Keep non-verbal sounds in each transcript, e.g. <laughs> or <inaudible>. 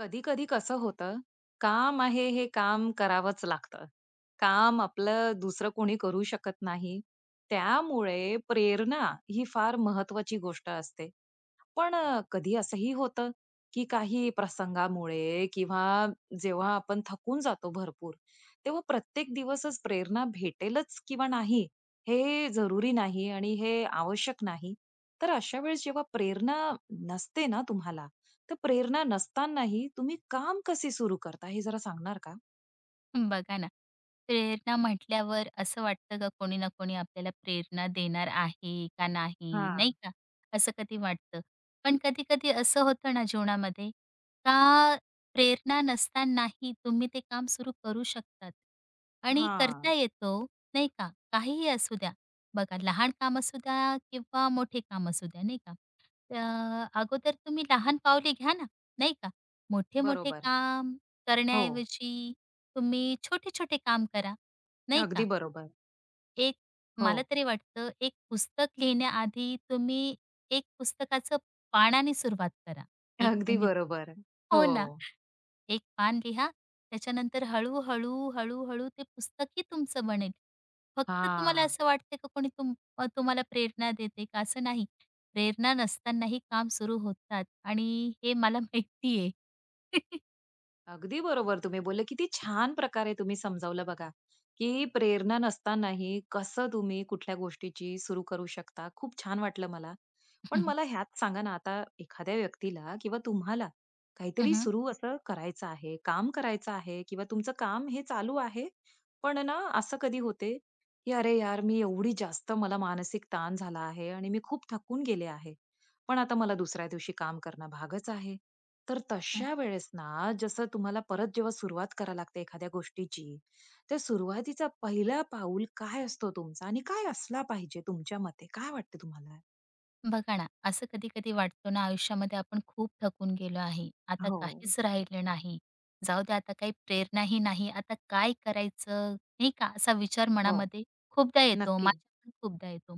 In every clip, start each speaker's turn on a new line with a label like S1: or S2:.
S1: कधी कधी कसं होतं काम आहे हे काम करावंच लागतं काम आपलं दुसरं कोणी करू शकत नाही त्यामुळे प्रेरणा ही फार महत्वाची गोष्ट असते. पण कधी असंही होतं की काही प्रसंगामुळे किंवा जेव्हा आपण थकून जातो भरपूर, तेव्हा प्रत्येक दिवसच प्रेरणा भेटेलच किंवा नाही, हे जरुरी नाही आणि हे आवश्यक नाही. तर अशा वेळेस जेव्हा प्रेरणा नसते ना तुम्हाला, तर प्रेरणा नसतानाही तुम्ही काम कसे सुरू करता हे जरा सांगणार का?
S2: बघा ना, प्रेरणा म्हटल्यावर असं वाटतं का कोणी ना कोणी आपल्याला प्रेरणा देणार आहे का नाही, नाही
S1: हां.
S2: का? असं कधी वाटतं. पण कधी-कधी असं होतं ना जीवनामध्ये का प्रेरणा नसतानाही तुम्ही ते काम सुरू करू शकतात आणि करता
S1: हां.
S2: येतो, नाही का? काहीही असू द्या. बघा लहान काम असू द्या किंवा मोठे काम असू द्या, नाही का? अगोदर तुम्ही लहान पावले घ्या ना, नाही का? मोठे-मोठे
S1: बरोबर.
S2: काम
S1: हो.
S2: करण्याऐवजी तुम्ही छोटे-छोटे काम करा, नाही का?
S1: अगदी बरोबर.
S2: एक
S1: हो.
S2: मला तरी वाटतं एक पुस्तक लिहिण्याआधी तुम्ही एक पुस्तकाचं पानाने सुरुवात करा. एक
S1: अगदी
S2: तुम्ही
S1: बरोबर.
S2: हो
S1: हो.
S2: ना, एक पान लिहा. त्याच्यानंतर हळू-हळू, हळू-हळू ते पुस्तकही तुमचं बनेल. फक्त तुम्हाला
S1: हां.
S2: असं वाटतं का कोणी तुम्हाला प्रेरणा देते का? असं नाही. प्रेरणा नसतानाही काम सुरू होतात आणि हे मला माहिती आहे. <laughs>
S1: अगदी बरोबर तुम्ही बोलले. किती छान प्रकारे तुम्ही समजावलं बघा, की प्रेरणा नसतानाही कसं तुम्ही कुठल्या गोष्टीची सुरू करू शकता. खूप छान वाटलं मला. पण मला ह्यात सांगा ना, आता एखाद्या व्यक्तीला किंवा तुम्हाला
S2: हं,
S1: काहीतरी
S2: हं.
S1: सुरू असं करायचं आहे, काम करायचं आहे किंवा तुमचं काम हे चालू आहे. पण ना असं कधी होते, की "अरे यार, मी एवढी जास्त मला मानसिक ताण झाला आहे आणि मी खूप थकून गेले आहे. पण आता मला दुसऱ्या दिवशी काम करणं भागच आहे." तर तशा वेळेस ना, जसं तुम्हाला परत जेव्हा सुरुवात करावी लागते एखाद्या गोष्टीची, तर सुरुवातीचा पहिला पाऊल काय असतो तुमचा आणि काय असला पाहिजे तुमच्या मते? काय वाटतं तुम्हाला?
S2: बघा ना, असं कधी-कधी वाटतो ना, आयुष्यामध्ये आपण खूप थकून गेलो आहे. आता
S1: हो,
S2: काहीच राहिलं नाही. जाऊ दे आता काही प्रेरणाही नाही. आता काय करायचं, नाही का? असा विचार
S1: हो.
S2: मनामध्ये खूपदा येतो.
S1: नक्की.
S2: माझ्या पण खूपदा येतो.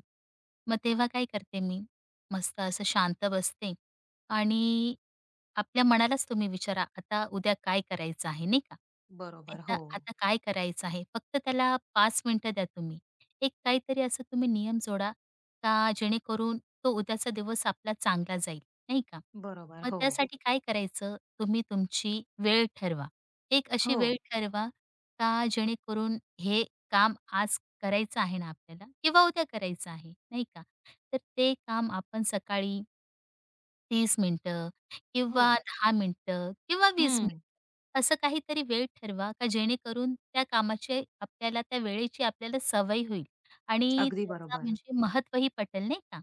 S2: मग तेव्हा काय करते मी, मस्त असं शांत बसते आणि आपल्या मनालाच तुम्ही विचारा, आता उद्या काय करायचं आहे, नाही का?
S1: बरोबर.
S2: नाहीतर
S1: हो.
S2: आता काय करायचं आहे? फक्त त्याला 5 मिनिटं द्या तुम्ही. एक काहीतरी असं तुम्ही नियम जोडा, का जेणेकरून तो उद्याचा दिवस आपला चांगला जाईल, नाही का?
S1: बरोबर.
S2: मग हो.
S1: हो.
S2: त्यासाठी काय करायचं, तुम्ही तुमची वेळ ठरवा. एक अशी
S1: हो,
S2: वेळ ठरवा का जेणेकरून हे काम आज करायचं आहे ना आपल्याला किंवा उद्या करायचं आहे, नाही का? तर ते काम आपण सकाळी 30 मिनिटं
S1: हो.
S2: किंवा 10 मिनिटं किंवा 20 मिनिटं.
S1: हं.
S2: असं काहीतरी वेळ ठरवा का जेणेकरून त्या कामाची आपल्याला त्या वेळेची आपल्याला सवय होईल आणि
S1: अगदी
S2: त्याचा
S1: बरोबर.
S2: म्हणजे महत्त्वही पटेल नाही का?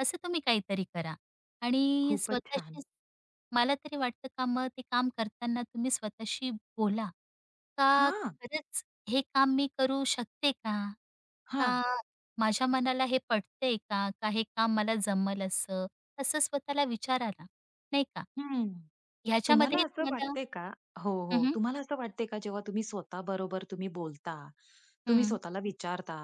S2: असं तुम्ही काहीतरी करा आणि
S1: खूपच छान.
S2: स्वतःशी मला तरी वाटतं का मग ते काम करताना तुम्ही स्वतःशी बोला, का
S1: हां,
S2: खरंच हे काम मी करू शकते का?
S1: हां.
S2: का माझ्या मनाला हे पटतंय का? का हे काम मला जमेल असं? असं स्वतःला विचारा ना, नाही का?
S1: हं. तुम्हाला
S2: ह्याच्यामध्ये
S1: असं
S2: तुम्हाला
S1: वाटतंय का हो,
S2: हं,
S1: हो.
S2: हं.
S1: तुम्हाला असं वाटतंय का जेव्हा तुम्ही स्वतःबरोबर तुम्ही बोलता, तुम्ही
S2: हं.
S1: स्वतःला विचारता,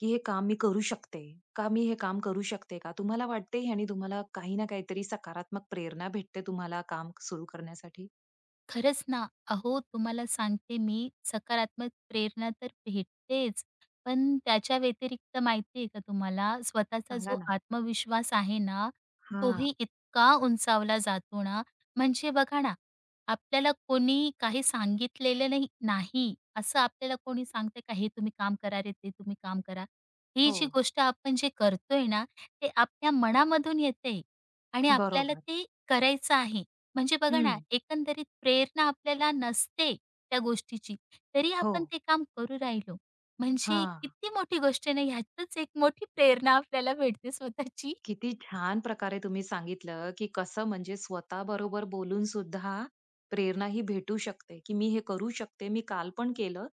S1: की हे काम मी करू शकते का? मी हे काम करू शकते का? तुम्हाला वाटते ह्यानी तुम्हाला काही ना काहीतरी सकारात्मक प्रेरणा भेटते तुम्हाला काम सुरू करण्यासाठी?
S2: खरंच ना. अहो, तुम्हाला सांगते मी, सकारात्मक प्रेरणा तर भेटतेच, पण त्याच्या व्यतिरिक्त माहिती आहे का तुम्हाला, स्वतःचा
S1: सांगा
S2: जो
S1: ना?
S2: आत्मविश्वास आहे ना,
S1: हां.
S2: तोही इतका उंचावला जातो ना, म्हणजे बघा ना, आपल्याला कोणी काही सांगितलेलं नाही नाही, असं आपल्याला कोणी सांगतंय का, "हे तुम्ही काम करा रे, ते तुम्ही काम करा." ही
S1: हो.
S2: जी गोष्ट आपण जे करतोय ना, ते आपल्या मनामधून येते आणि आपल्याला
S1: बरोबर.
S2: ते करायचं आहे. म्हणजे बघा ना,
S1: हं.
S2: एकंदरीत प्रेरणा आपल्याला नसते त्या गोष्टीची, तरी
S1: हो.
S2: आपण ते काम करू राहिलो. म्हणजे
S1: हां.
S2: किती मोठी गोष्ट आहे ह्यातच एक मोठी प्रेरणा आपल्याला भेटते स्वतःची.
S1: किती छान प्रकारे तुम्ही सांगितलं, की कसं म्हणजे स्वतःबरोबर बोलून सुद्धा प्रेरणा ही भेटू शकते, की मी हे करू शकते. मी काल पण केलं,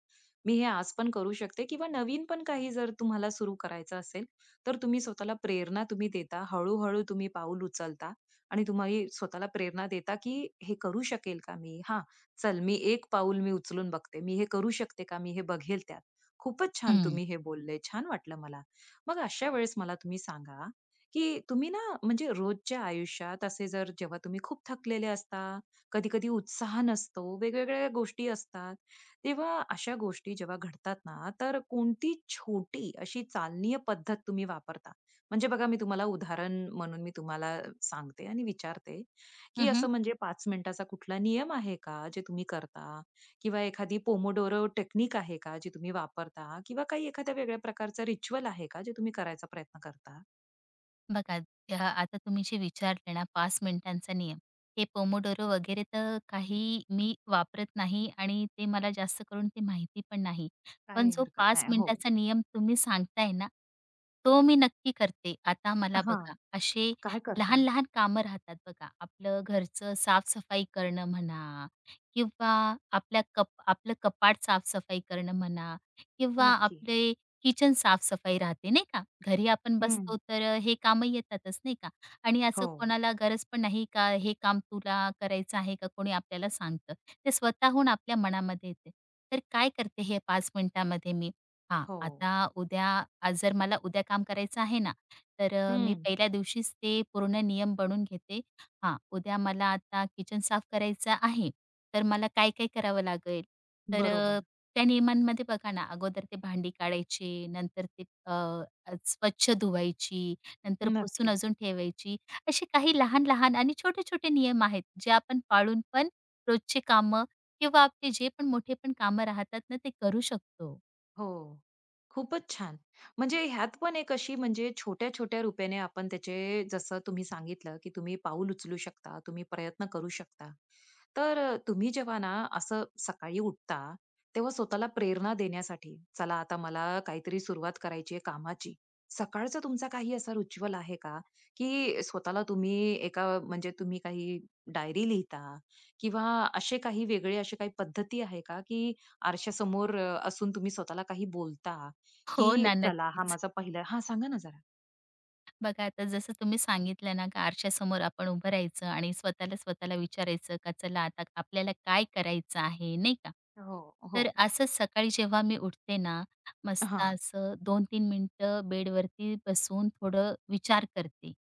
S1: मी हे आज पण करू शकते किंवा नवीन पण काही जर तुम्हाला सुरू करायचं असेल, तर तुम्ही स्वतःला प्रेरणा तुम्ही देता. हळू तुम्ही पाऊल उचलता आणि तुम्ही स्वतःला प्रेरणा देता, की "हे करू शकेल का मी? हां, चल मी एक पाऊल उचलून बघते. मी हे करू शकते का? मी हे बघेल त्यात." खूपच छान
S2: हं.
S1: तुम्ही हे बोलले. छान वाटलं मला. मग अशा वेळेस मला तुम्ही सांगा की तुम्ही ना म्हणजे रोजच्या आयुष्यात असे जर जेव्हा तुम्ही खूप थकलेले असता, कधी-कधी उत्साह नसतो, वेगवेगळ्या गोष्टी असतात. तेव्हा अशा गोष्टी जेव्हा घडतात ना, तर कोणती छोटी अशी चालनीय पद्धत तुम्ही वापरता? म्हणजे बघा मी तुम्हाला उदाहरण म्हणून तुम्हाला सांगते आणि विचारते, की
S2: हं,
S1: असं म्हणजे 5 मिनिटाचा कुठला नियम आहे का जे तुम्ही करता? किंवा एखादी पोमोडोरो टेक्निक आहे का जी तुम्ही वापरता? किंवा काही एखाद्या वेगळ्या प्रकारचा रिच्युअल आहे का जे तुम्ही करायचा प्रयत्न करता?
S2: बघा आता तुम्ही जे विचारले ना 5 मिनिटांचा नियम. हे पोमोडोरो वगैरे तर काही मी वापरत नाही आणि ते मला जास्त करून ते माहिती पण नाही. पण
S1: काही
S2: जो
S1: हरकत
S2: 5
S1: नाही. हो.
S2: मिनिटाचा नियम तुम्ही सांगताय ना, तो मी नक्की करते. आता मला
S1: हां.
S2: बघा असे
S1: काय करता?
S2: लहान-लहान कामं राहतात बघा. आपलं घरचं साफ करणं म्हणा किंवा आपल्या कप आपलं कपाट साफ करणं म्हणा किंवा
S1: नक्की.
S2: आपले किचन साफ-सफाई राहते नाही का? घरी आपण
S1: हं.
S2: बसतो तर हे कामं येतातच नाही का? आणि
S1: हो,
S2: असं कोणाला गरज पण नाही का हे काम तुला करायचं आहे का? कोणी आपल्याला सांगतं. ते स्वतःहून आपल्या मनामध्ये येते. तर काय करते हे 5 मिनिटामध्ये मी? हां,
S1: हो.
S2: आता उद्या आज जर मला उद्या काम करायचं आहे ना, तर मी
S1: हं.
S2: पहिल्या दिवशीच ते पूर्ण नियम बनवून घेते. हां, उद्या मला आता किचन साफ करायचं आहे, तर मला काय-काय करावं लागेल? तर
S1: बरोबर.
S2: त्या नियमांमध्ये बघा ना, अगोदर ते भांडी काढायची, नंतर ते अ, अ, स्वच्छ धुवायची, नंतर पुसून
S1: नक्की.
S2: अजून ठेवायची. असे काही लहान-लहान आणि छोटे-छोटे नियम आहेत, जे आपण पाळून पण रोजचे कामं किंवा आपले जे पण मोठे पण कामं राहतात ना, ते करू शकतो.
S1: हो. खूपच छान. म्हणजे ह्यात पण एक अशी म्हणजे छोट्या-छोट्या रुपयाने आपण त्याचे जसं तुम्ही सांगितलं, की तुम्ही पाऊल उचलू शकता, तुम्ही प्रयत्न करू शकता. तुम्ही जेव्हा ना असं सकाळी उठता, तेव्हा स्वतःला प्रेरणा देण्यासाठी, चला आता मला काहीतरी सुरुवात करायची आहे कामाची. सकाळचा तुमचा काही असा रिच्युअल आहे का, की स्वतःला तुम्ही एका म्हणजे तुम्ही काही डायरी लिहिता किंवा असे काही वेगळे असे काही पद्धती आहे का, की आरशासमोर असून तुम्ही स्वतःला काही बोलता,
S2: हो
S1: की
S2: ना,
S1: चला हा
S2: नक्कीच.
S1: माझा पहिला हां, सांगा ना जरा?
S2: बघा आता जसं तुम्ही सांगितलं ना, का आरशासमोर आपण उभं राहायचं आणि स्वतःला स्वतःला विचारायचं का चला आता आपल्याला काय करायचं आहे, नाही का?
S1: हो. हो.
S2: तर असं सकाळी जेव्हा मी उठते ना, मस्त
S1: हां.
S2: असं 2-3 मिनिटं बेडवरती बसून थोडं विचार करते.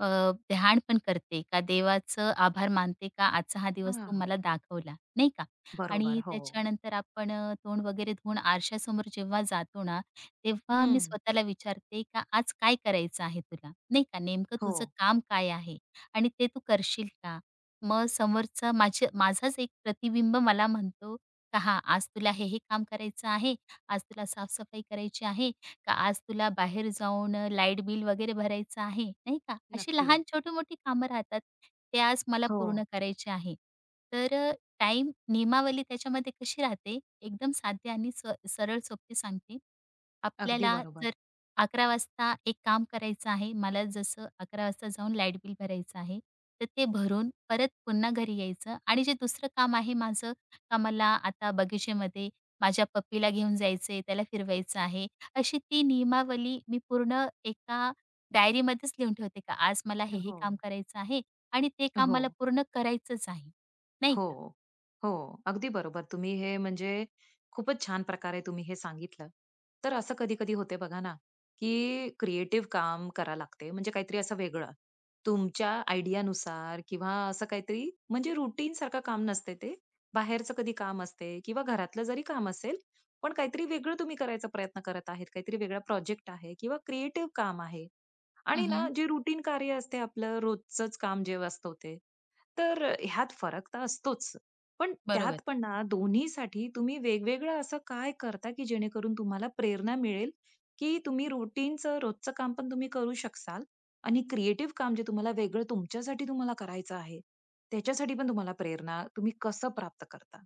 S2: अ, ध्यान पण करते का देवाचं आभार मानते का आजचा हा दिवस तू
S1: हां.
S2: मला दाखवला, नाही का?
S1: बरोबर.
S2: आणि
S1: हो.
S2: त्याच्यानंतर आपण तोंड वगैरे धुवून आरशासमोर जेव्हा जातो ना, तेव्हा मी
S1: हं.
S2: स्वतःला विचारते का आज काय करायचं आहे तुला, नाही का. नेमकं
S1: हो.
S2: तुझं काम काय आहे आणि ते तू करशील का? मग समोरचा माझे माझाच एक प्रतिबिंब मला म्हणतो का हां, आज तुला हे-हे काम करायचं आहे, आज तुला साफ करायची आहे, का आज तुला बाहेर जाऊन लाईट बिल वगैरे भरायचं आहे, नाही का. अशी
S1: नक्की.
S2: लहान छोटी-मोठी कामं राहतात. ते आज मला
S1: हो.
S2: पूर्ण करायचे आहे. तर टाईम नियमावली त्याच्यामध्ये कशी राहते, एकदम साधी आणि सरळ सोपी सांगते.
S1: अगदी
S2: आपल्याला जर
S1: बरोबर.
S2: 11 वाजता एक काम करायचं आहे, मला जसं 11 वाजता जाऊन लाईट बिल भरायचं आहे, तर ते भरून परत पुन्हा घरी यायचं आणि जे दुसरं काम आहे माझं, का मला आता बगीचेमध्ये माझ्या पप्पीला घेऊन जायचं आहे, त्याला फिरवायचं आहे. अशी ती नियमावली मी पूर्ण एका डायरीमध्येच लिहून ठेवते, का आज मला हे, हे
S1: हो.
S2: काम करायचं आहे आणि ते काम मला
S1: हो.
S2: पूर्ण करायचंच आहे, नाही
S1: हो,
S2: का?
S1: हो. अगदी बरोबर. तुम्ही हे म्हणजे खूपच छान प्रकारे तुम्ही हे सांगितलं. तर असं कधी-कधी होते बघा ना, की क्रिएटिव्ह काम करा लागते म्हणजे काहीतरी असं वेगळं. तुमच्या आयडियानुसार किंवा असं काहीतरी म्हणजे रूटीनसारखं काम नसते ते. बाहेरचं कधी काम असते किंवा घरातलं जरी काम असेल, पण काहीतरी वेगळं तुम्ही करायचा प्रयत्न करत आहेत. काहीतरी वेगळा प्रोजेक्ट आहे किंवा क्रिएटिव्ह काम आहे. आणि ना
S2: हं,
S1: जे रूटीन कार्य असते आपलं रोजचंच काम जे असतं ते, ह्यात फरक तर असतोच. पण
S2: बरोबर.
S1: त्यात पण ना दोन्हीसाठी तुम्ही वेगवेगळं असं काय करता, की जेणेकरून तुम्हाला प्रेरणा मिळेल, की तुम्ही रूटीनचं रोजचं काम पण तुम्ही करू शकाल आणि क्रिएटिव्ह काम जे तुम्हाला वेगळं तुमच्यासाठी तुम्हाला करायचं आहे, त्याच्यासाठी पण तुम्हाला प्रेरणा तुम्ही कसं प्राप्त करता?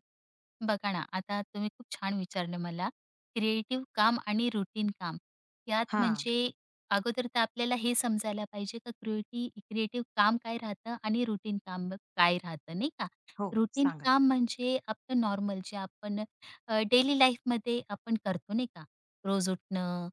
S2: बघा ना, आता तुम्ही खूप छान विचारलं मला. क्रिएटिव्ह काम आणि रूटीन काम यात
S1: हां.
S2: म्हणजे अगोदर तर आपल्याला हे समजायला पाहिजे का क्रिएटिव्ह काम काय राहतं आणि रूटीन काम काय राहतं, नाही का?
S1: हो,
S2: रूटीन
S1: सांगा.
S2: काम म्हणजे आपलं नॉर्मल जे आपण डेली लाईफमध्ये आपण करतो, नाही का? रोज उठणं,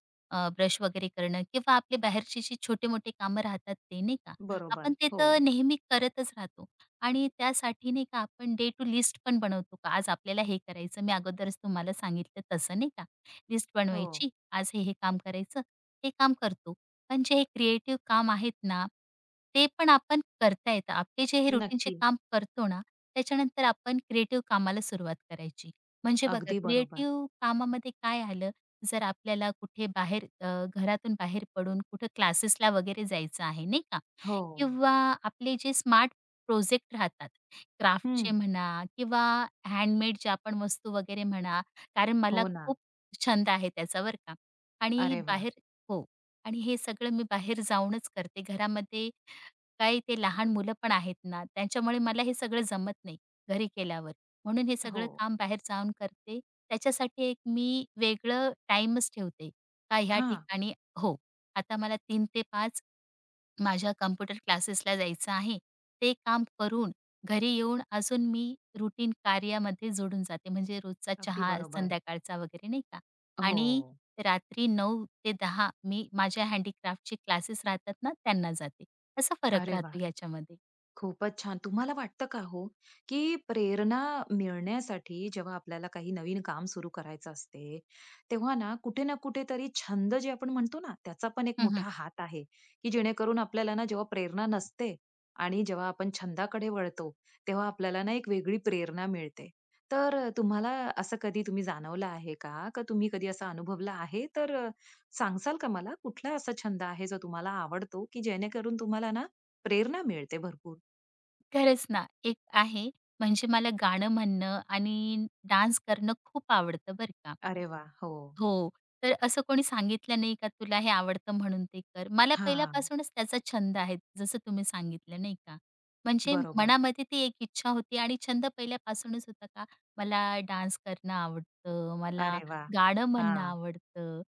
S2: ब्रश वगैरे करणं किंवा आपले बाहेरचे जे छोटे-मोठे कामं राहतात ते, नाही का? आपण
S1: बरोबर.
S2: ते
S1: हो.
S2: तर नेहमी करतच राहतो. आणि त्यासाठी नाही का आपण डे टू लिस्ट पण बनवतो का? आज आपल्याला हे करायचं. मी अगोदरच तुम्हाला सांगितलं तसं नाही का? लिस्ट
S1: हो.
S2: बनवायची. आज हे, हे काम करायचं. हे काम करतो. पण जे हे क्रिएटिव्ह काम आहेत ना, ते पण आपण करता येतं. आपले जे हे रुटीनचे
S1: नक्की.
S2: काम करतो ना, त्याच्यानंतर आपण क्रिएटिव्ह कामाला सुरुवात करायची. म्हणजे बघा
S1: अगदी बरोबर.
S2: क्रिएटिव्ह कामामध्ये काय आलं, जर आपल्याला कुठे बाहेर घरातून बाहेर पडून कुठं क्लासेसला वगैरे जायचं आहे नाही का?
S1: हो.
S2: किंवा आपले जे स्मार्ट प्रोजेक्ट राहतात.
S1: हं.
S2: क्राफ्टचे म्हणा किंवा हँडमेड ज्या आपण वस्तू वगैरे म्हणा, कारण मला
S1: हो ना.
S2: खूप छंद आहे त्याचा बरं का. आणि
S1: अरे वाह!
S2: बाहेर हो. आणि हे सगळं मी बाहेर जाऊनच करते. घरामध्ये काय ते लहान मुलं पण आहेत ना, त्यांच्यामुळे मला हे सगळं जमत नाही घरी केल्यावर. म्हणून हे सगळं
S1: हो.
S2: काम बाहेर जाऊन करते. त्याच्यासाठी एक मी वेगळं टाईमच ठेवते. का ह्या
S1: हां.
S2: ठिकाणी हो. आता मला 3 ते 5 माझ्या कॉम्प्युटर क्लासेसला जायचं आहे. ते काम करून घरी येऊन अजून मी रूटीन कार्यामध्ये जोडून जाते. म्हणजे रोजचा
S1: अगदी
S2: चहा
S1: बरोबर.
S2: संध्याकाळचा वगैरे नाही का
S1: हो.
S2: आणि रात्री 9 ते 10 मी माझ्या हँडीक्राफ्टचे क्लासेस राहतात ना, त्यांना जाते. असा फरक
S1: अरे
S2: राहतो
S1: वाह!
S2: याच्यामध्ये.
S1: खूपच छान. तुम्हाला वाटतं का हो, की प्रेरणा मिळण्यासाठी जेव्हा आपल्याला काही नवीन काम सुरू करायचं असते, तेव्हा ना कुठे ना कुठेतरी छंद जे आपण म्हणतो ना, त्याचा पण एक मोठा हात आहे, की जेणेकरून आपल्याला ना जेव्हा प्रेरणा नसते आणि जेव्हा आपण छंदाकडे वळतो, तेव्हा आपल्याला ना एक वेगळी प्रेरणा मिळते. तर तुम्हाला असं कधी तुम्ही जाणवलं आहे का? का तुम्ही कधी असा अनुभवला आहे? का मला कुठला असा छंद आहे जो तुम्हाला आवडतो, की जेणेकरून तुम्हाला ना प्रेरणा मिळते भरपूर?
S2: खरंच ना, एक आहे म्हणजे मला गाणं म्हणणं आणि डान्स करणं खूप आवडतं बरं का.
S1: अरे वाह! हो.
S2: हो, तर असं कोणी सांगितलं नाही का तुला हे आवडतं म्हणून ते कर. मला
S1: हां,
S2: पहिल्यापासूनच त्याचा छंद आहे जसं तुम्ही सांगितलं नाही का. म्हणजे
S1: बरोबर.
S2: मनामध्ये ती एक इच्छा होती आणि छंद पहिल्यापासूनच होता का मला डान्स करणं आवडतं, मला
S1: अरे वाह!
S2: गाणं म्हणणं
S1: हां,
S2: आवडतं.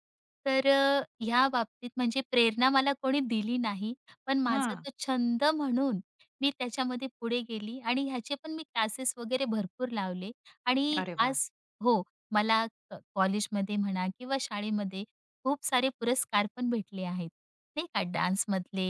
S2: तर ह्या बाबतीत म्हणजे प्रेरणा मला कोणी दिली नाही, पण माझा
S1: हां.
S2: तो छंद म्हणून मी त्याच्यामध्ये पुढे गेली आणि ह्याचे पण मी क्लासेस वगैरे भरपूर लावले आणि
S1: अरे वाह!
S2: आज हो, मला कॉलेजमध्ये म्हणा किंवा शाळेमध्ये खूप सारे पुरस्कार पण भेटले आहेत, नाही का डान्समधले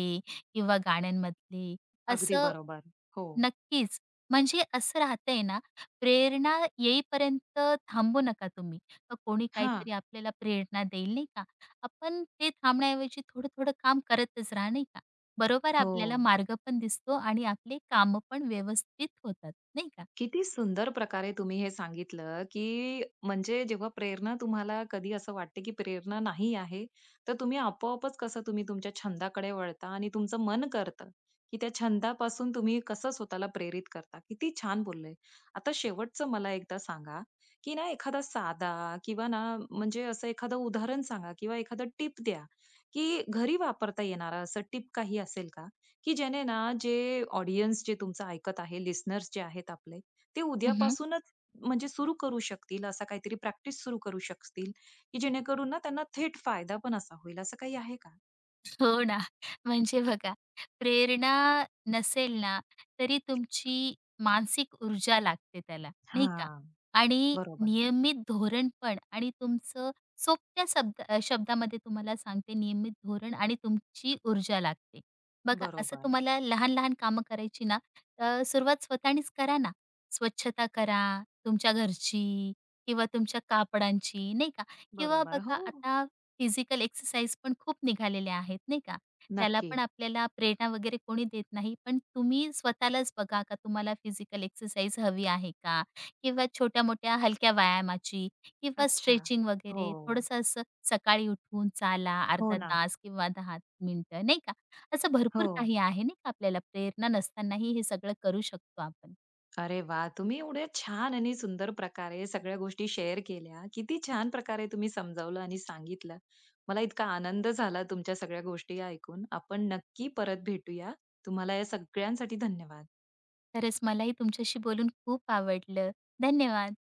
S2: किंवा गाण्यांमधले.
S1: अगदी
S2: असं
S1: बरोबर. हो.
S2: नक्कीच. म्हणजे असं राहतंय ना, प्रेरणा येईपर्यंत थांबू नका तुम्ही. का कोणी
S1: हां.
S2: काहीतरी आपल्याला प्रेरणा देईल नाही का? आपण ते थांबण्याऐवजी थोडं-थोडं काम करतच राहा नाही का? बरोबर
S1: हो.
S2: आपल्याला मार्ग पण दिसतो आणि आपले कामं पण व्यवस्थित होतात, नाही का?
S1: किती सुंदर प्रकारे तुम्ही हे सांगितलं, की म्हणजे जेव्हा प्रेरणा तुम्हाला कधी असं वाटते, की प्रेरणा नाही आहे, तर तुम्ही आपोआपच कसं तुम्ही तुमच्या छंदाकडे वळता आणि तुमचं मन करतं, की त्या छंदापासून तुम्ही कसं स्वतःला प्रेरित करता. किती छान बोलले. आता शेवटचं मला एकदा सांगा, की ना एखादा साधा किंवा ना म्हणजे असं एखादं उदाहरण सांगा किंवा एखादं टिप द्या, की घरी वापरता येणारा असं टिप काही असेल का? की ज्याने ना जे ऑडियन्स जे तुमचं ऐकत आहे, लिस्नर्स जे आहेत आपले ते उद्यापासूनच म्हणजे सुरू करू शकतील, असा काहीतरी प्रॅक्टिस सुरू करू शकतील, की जेणेकरून ना त्यांना थेट फायदा पण असा होईल, असं काही आहे का?
S2: हो ना. म्हणजे बघा, प्रेरणा नसेल ना, तरी तुमची मानसिक ऊर्जा लागते त्याला, नाही का?
S1: हां,
S2: आणि
S1: बरोबर.
S2: नियमित धोरण पण आणि तुमचं सोप्या शब्दामध्ये तुम्हाला सांगते नियमित धोरण आणि तुमची ऊर्जा लागते. बघा, असं
S1: बरोबर,
S2: तुम्हाला लहान-लहान कामं करायची ना, तर सुरुवात स्वतःनीच करा ना. स्वच्छता करा तुमच्या घरची किंवा तुमच्या कापडांची, नाही का? किंवा
S1: बरोबर.
S2: बघा
S1: हो.
S2: आता फिजिकल एक्सरसाइज पण खूप निघालेल्या आहेत नाही का? त्याला
S1: नक्की.
S2: पण आपल्याला प्रेरणा वगैरे कोणी देत नाही. पण तुम्ही स्वतःलाच बघा का तुम्हाला फिजिकल एक्सरसाइज हवी आहे का? किंवा छोट्या-मोठ्या हलक्या व्यायामाची किंवा
S1: अच्छा.
S2: स्ट्रेचिंग
S1: हो.
S2: वगैरे थोडंसं असं सकाळी उठून चाला
S1: हो
S2: अर्धा
S1: ना.
S2: तास किंवा 10 मिनिटं नाही का? असं भरपूर
S1: हो.
S2: काही आहे नाही का आपल्याला प्रेरणा नसतानाही हे सगळं करू शकतो आपण.
S1: अरे वा, तुम्ही एवढ्या छान आणि सुंदर प्रकारे सगळ्या गोष्टी शेअर केल्या. किती छान प्रकारे तुम्ही समजावलं आणि सांगितलं. मला इतका आनंद झाला तुमच्या सगळ्या गोष्टी ऐकून. आपण नक्की परत भेटूया. तुम्हाला या सगळ्यांसाठी धन्यवाद.
S2: खरंच मलाही तुमच्याशी बोलून खूप आवडलं. धन्यवाद.